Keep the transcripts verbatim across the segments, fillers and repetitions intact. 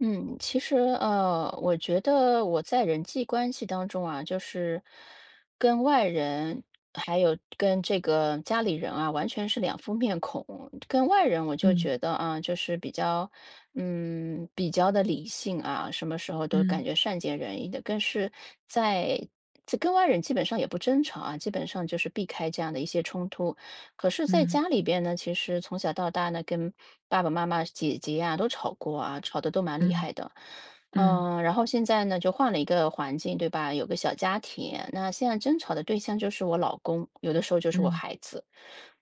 嗯，其实呃，我觉得我在人际关系当中啊，就是跟外人还有跟这个家里人啊，完全是两副面孔。跟外人我就嗯觉得啊，就是比较，嗯，比较的理性啊，什么时候都感嗯觉善解人意的。更是在这跟外人基本上也不争吵啊，基本上就是避开这样的一些冲突。可是在嗯家里边呢，其实从小到大呢，跟爸爸妈妈、姐姐呀、都吵过啊，吵得都蛮厉嗯害的。嗯嗯，然后现在呢，就换了一个环境，对吧？有个小家庭，那现在争吵的对象就是我老公，有的时候就是我嗯孩子。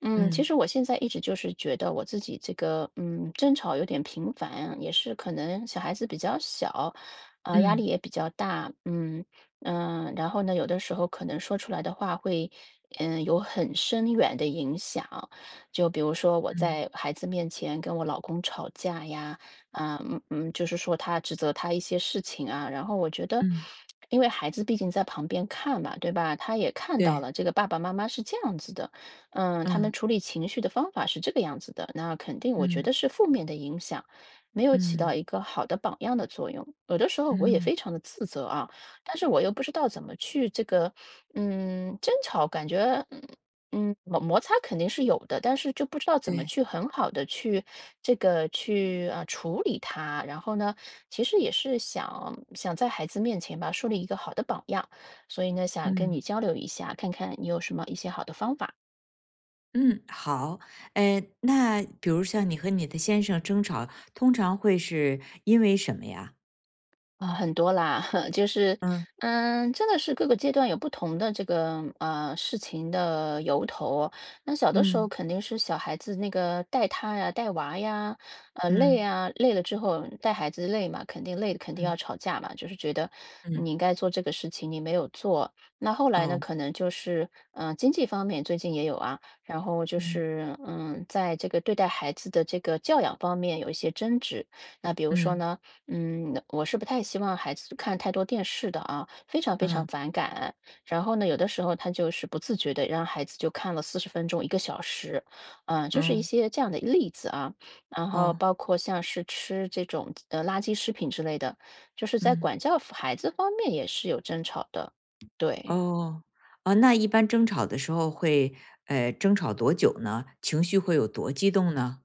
嗯，其嗯实我现在一直就是觉得我自己这个，嗯，争吵有点频繁，也是可能小孩子比较小，啊、压力嗯也比较大，嗯。嗯，然后呢，有的时候可能说出来的话会，嗯，有很深远的影响。就比如说我嗯嗯，在孩子面前跟我老公吵架呀，啊，嗯嗯，就是说他指责他一些事情啊，然后我觉得，嗯因为孩子毕竟在旁边看嘛，对吧？他也看到对，了这个爸爸妈妈是这样子的，嗯，他们嗯处理情绪的方法是这个样子的，那肯定我觉嗯得是负面的影响，没有起到嗯一个好的榜样的作用。有的时候我也嗯，非常的自责啊。但是我又不知道怎么去这个，嗯，争吵感觉，嗯嗯，摩摩擦肯定是有的，但是就不知道怎么对，去很好的去这个去啊、处理它。然后呢，其实也是想想在孩子面前吧，树立一个好的榜样，所以呢，想跟嗯你交流一下，看看你有什么一些好的方法。嗯，好，哎，那比如像你和你的先生争吵，通常会是因为什么呀？啊，很多啦，就是，嗯嗯，真的是各个阶段有不同的这个呃事情的由头。那小的时候嗯肯定是小孩子那个带他呀、带娃呀，呃累嗯啊，累了之后带孩子累嘛，肯定累，肯定嗯要吵架嘛，就是觉得你嗯，应该做这个事情，你没有做。那后来呢，哦，可能就是嗯、呃经济方面最近也有啊，然后就嗯是嗯在这个对待孩子的这个教养方面有一些争执。那比如说嗯呢。嗯，我是不太希望孩子看太多电视的啊，非常非常嗯反感。然后呢，有的时候他就是不自觉的让孩子就看了四十分钟、一个小时，嗯、就是一嗯，些这样的例子啊。然后哦，包括像是吃这种呃垃圾食品之类的，就是在嗯管教孩子方面也是有争吵的，对。哦哦，那一般争吵的时候会，呃，争吵多久呢？情绪会有多激动呢？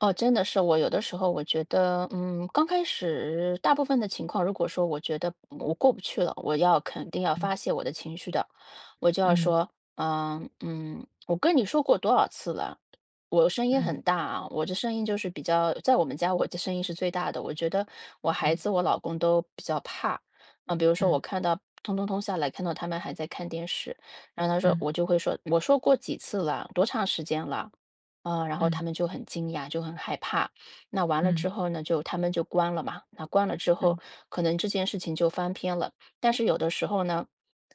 哦，真的是，我有的时候我觉得，嗯，刚开始大部分的情况，如果说我觉得嗯我过不去了，我要肯定要发嗯泄我的情绪的，我就要嗯说，嗯嗯，我跟你说过多少次了，我声音很嗯。大啊，我这声音就是比较，在我们家我的声音是最大的，我觉得我孩嗯子我老公都比较怕，嗯，比如说我嗯看到。通通通下来，看到他们还在看电视，然后他说，我嗯就会说，我说过几次了，多长时间了？呃，然后他嗯们就很惊讶，就很害怕。那完了嗯之后呢，就他们就关了嘛。那关了之后，嗯可能这件事情就翻篇了。但是有的时候呢，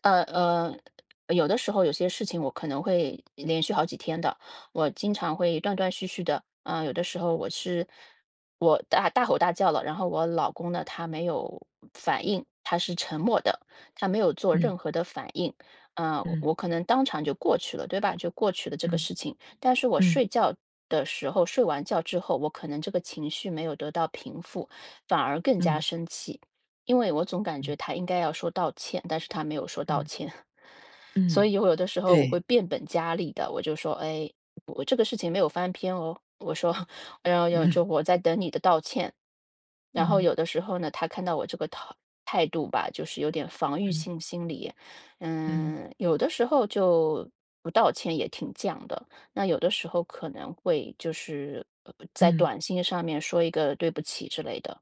呃呃，有的时候有些事情我可能会连续好几天的，我经常会断断续续的。啊、有的时候我是我大大吼大叫了，然后我老公呢，他没有反应，他是沉默的，他没有做嗯任何的反应。啊、我嗯我可能当场就过去了，对吧？就过去了这个嗯事情。但是我睡觉的时候，睡完觉之后，我可能这个情绪没有得到平复，反而更加嗯生气，因为我总感觉嗯他应该要说道歉，但是他没有说道嗯歉，所嗯，以我有的时候我对，会变本加厉的，我就说，哎，我这个事情没有翻篇哦，我说，然后有嗯就我在等你的道歉，然后嗯有的时候呢，他看到我这个态态度吧，就是有点防御嗯性心理，嗯嗯，有的时候就不道歉也挺犟的。那有的时候可能会就是呃在嗯短信上面说一个对不起之类的，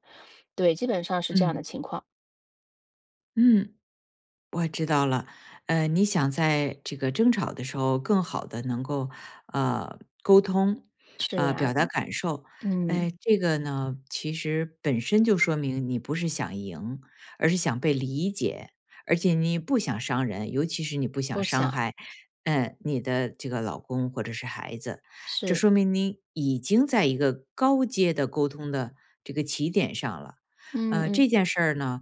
对，基本上是嗯这样的嗯。情况。嗯嗯，我知道了。呃，你想在这个争吵的时候更好的能够，呃，沟通，是呃，呀，表达感受。嗯，哎，这个呢，其实本身就说明你不是想赢，而是想被理解，而且你不想伤人，尤其是你不不想伤想，害，呃，你的这个老公或者是孩子。这是，说明你已经在一个高阶的沟通的这个起点上了。嗯呃，嗯，这件事儿呢，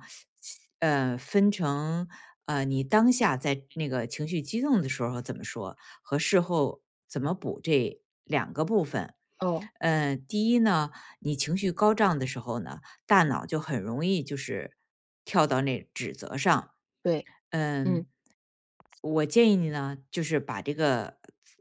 呃，分成呃，你当下在那个情绪激动的时候怎么说，和事后怎么补这两个部分。哦，呃，第一呢，你情绪高涨的时候呢，大脑就很容易就是跳到那指责上。对，嗯嗯，我建议你呢，就是把这个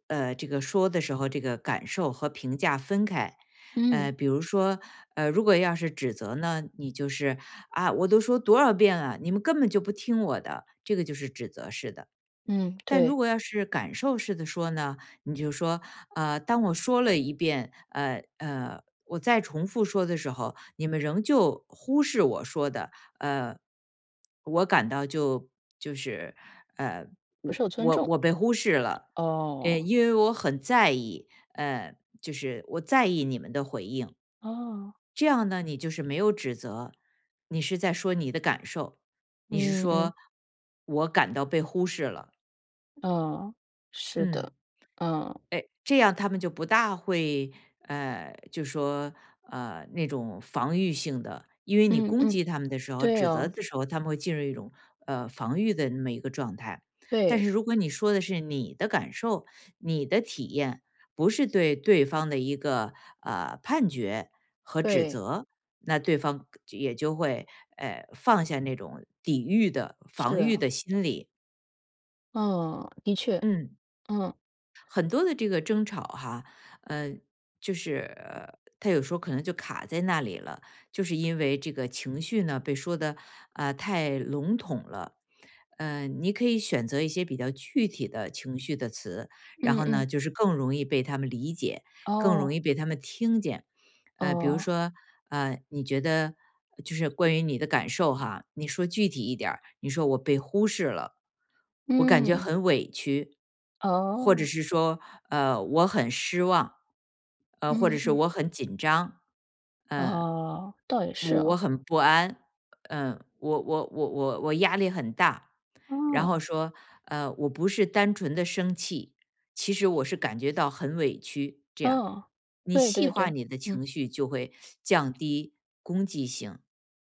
呃这个说的时候这个感受和评价分开。嗯呃，比如说，呃，如果要是指责呢，你就是啊，我都说多少遍了，你们根本就不听我的，这个就是指责式的。嗯，但如对，果要是感受式的说呢，你就说，呃，当我说了一遍，呃呃，我再重复说的时候，你们仍旧忽视我说的，呃，我感到就就是，呃，不我受尊我重，我被忽视了，呃，哦因为我很在意，呃，就是我在意你们的回应，哦，这样呢，你就是没有指责，你是在说你的感受，你是嗯嗯说我感到被忽视了，哦，是嗯。的，嗯哎，这样他们就不大会，呃，就说，呃，那种防御性的，因为你嗯攻嗯，击他们的时候、对指责哦，的时候，他们会进入一种呃防御的那么一个状态。但对是如果你说的是你的感受、你的体验，不是对对方的一个呃判决和指对，责，那对方也就会呃放下那种抵御的、是防御啊，的心理。嗯，的确，嗯。嗯很多的这个争吵哈，呃，就是呃他有时候可能就卡在那里了，就是因为这个情绪呢被说的啊、呃太笼统了。呃，你可以选择一些比较具体的情绪的词，然嗯后嗯，呢，就是更容易被他们理解，更容哦易被他们听见。呃，比如哦，说呃，你觉得就是关于你的感受哈，你说具体一点儿，你说我被忽视了，我感觉嗯很委屈。或者哦。是说，呃，我很失望，呃，或者嗯是嗯，我很紧张，呃，哦，倒也是我我哦，很不安。嗯、我我我我我压力很大。然后哦，说，呃，我不是单纯的生气，其实我是感觉到很委屈，这样，哦，你对细对化对，你的嗯。情绪就会降低攻击性。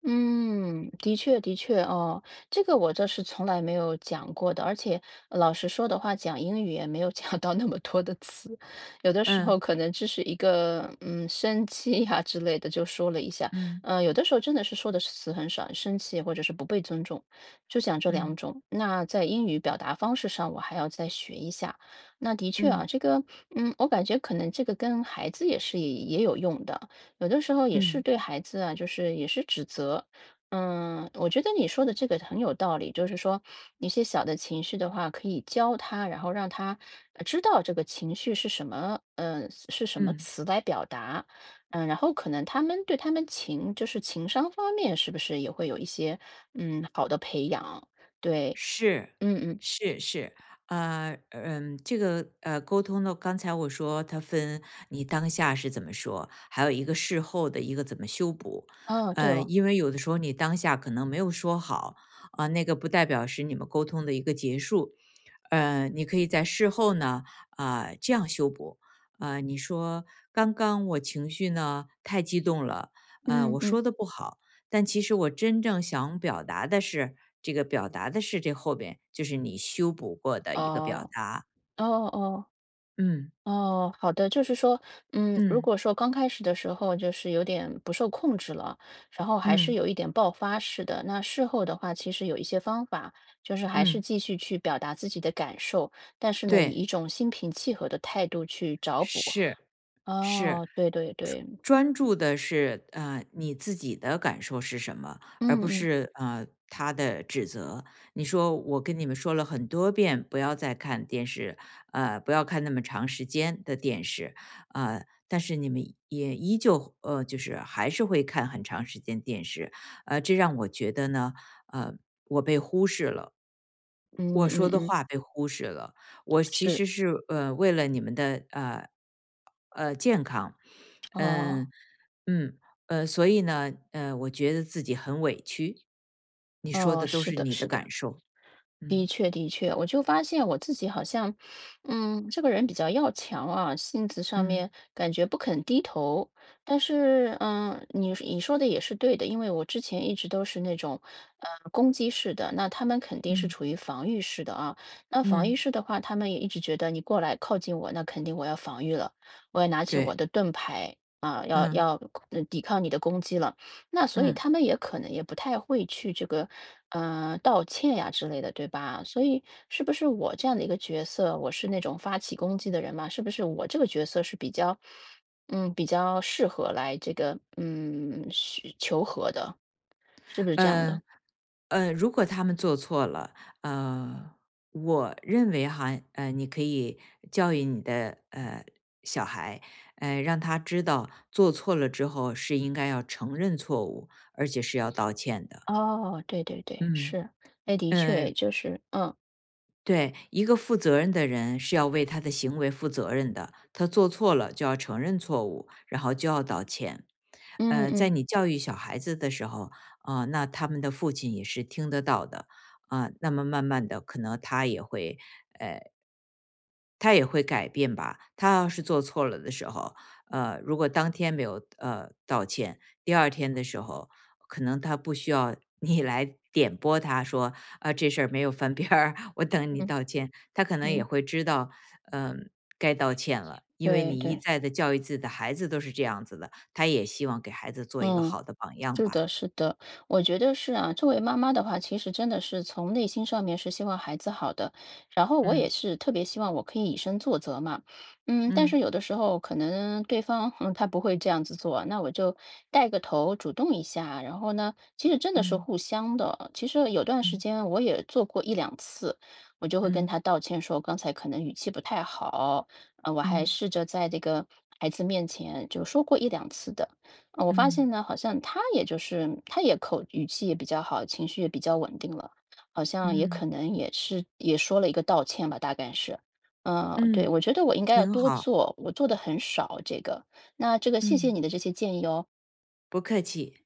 嗯，的确的确哦，这个我这是从来没有讲过的，而且呃老实说的话，讲英语也没有讲到那么多的词，有的时候嗯可能只是一个嗯生气呀、之类的就说了一下，嗯嗯、有的时候真的是说的词很少，生气或者是不被尊重，就讲这两嗯种。那在英语表达方式上，我还要再学一下。那的确啊，嗯这个嗯，我感觉可能这个跟孩子也是也有用的。有的时候也嗯是对嗯孩子啊，就是也是指责。嗯，我觉得你说的这个很有道理，就是说一些小的情绪的话，可以教他，然后让他呃知道这个情绪是什么，嗯，是什么嗯，词来表达。嗯，然后可能他们对他们情，就是情商方面，是不是也会有一些嗯好的培养？对，是，嗯嗯，是是。呃，嗯，这个呃，沟通呢，刚才我说它分你当下是怎么说，还有一个事后的一个怎么修补。哦，对呃，哦，因为有的时候你当下可能没有说好，啊、那个不代表是你们沟通的一个结束。呃，你可以在事后呢，啊、这样修补。呃，你说刚刚我情绪呢太激动了，呃，嗯我嗯，说的不好。但其实我真正想表达的是，这个表达的是这后边就是你修补过的一个表哦达。哦哦。嗯哦，好的，就是说，嗯，如嗯果说刚开始的时候就是有点不受控制了，然后还是嗯有一点爆发式的，那事后的话，其实有一些方法，就是还是嗯，继续去表达自己的感受，但是呢，以对，一种心平气和的态度去找补。是。是，哦，对对专对，专注的是，呃，你自己的感受是什么，而嗯不嗯是呃他的指责。你说我跟你们说了很多遍，不要再看电视，呃，不要看那么长时间的电视，呃，但是你们也依旧呃，就是还是会看很长时间电视，呃，这让我觉得呢，呃，我被忽视了。嗯我说嗯的嗯，话被忽视了，我其是，实是呃为了你们的呃，哦嗯、嗯，呃，所以呢，呃，我觉得自己很委屈。你说哦，的都是是的，你的是的。感受，嗯的确，的确，我就发现我自己好像，嗯，这个人比较要强啊，性子上嗯面感觉不肯低头。但是，嗯，你你说的也是对的，因为我之前一直都是那种，呃，攻击式的，那他们肯定是嗯处于防御式的啊。那防御嗯，式的话，他们也一直觉得你过来靠近我，那肯定我要防御了，我要拿起我对，的盾牌啊，要嗯要呃抵抗你的攻击了。那所以嗯。他们也可能也不太会去这个，呃，道歉呀之类的，对吧？所以是不是我这样的一个角色，我是那种发起攻击的人嘛？是不是我这个角色是比较，嗯，比较适合来这个，嗯，去求和的？是不是这样呃的？呃，如果他们做错了，呃，我认为哈，呃，你可以教育你的呃小孩，呃，让他知道做错了之后是应该要承认错误，而且是要道歉的，哦，对对对，嗯。是，哎，的呃确就是，嗯对，一个负责任的人是要为他的行为负责任的，他做错了就要承认错误，然后就要道歉。嗯呃，在嗯你教育小孩子的时候，呃，那他们的父亲也是听得到的，啊、那么慢慢的，可能他也会，呃，他也会改变吧。他要是做错了的时候，呃，如果当天没有呃道歉，第二天的时候，可能他不需要你来点拨他说啊、这事儿没有翻篇儿，我等你嗯道歉。他可能也嗯，会知道，嗯、该道歉了。因为对你一对，再的教育自己的孩子都是这样子的，他也希望给孩子做一个嗯。好的榜样是的，吧。是的，我觉得是啊。作为妈妈的话，其实真的是从内心上面是希望孩子好的，然后我也嗯是特别希望我可以以身作则嘛。嗯，但是嗯有的时候可能对方，嗯，他不会这样子做，那我就带个头，主动一下。然后呢，其实真的是嗯互相的。其实有段时嗯间我也做过一两次，我就会跟嗯他道歉说，刚才可能语气不太好，呃，我还嗯试着在这个孩子面前就说过一两次的。呃，我发嗯现呢，好像他也就是他也口语气也比较好，情绪也比较稳定了，好像也可嗯能也是也说了一个道歉吧，大概是。嗯，对，嗯，我觉得我应该要挺多好。做，我做的很少这个。那这个谢谢嗯，你的这些建议哦。不客气。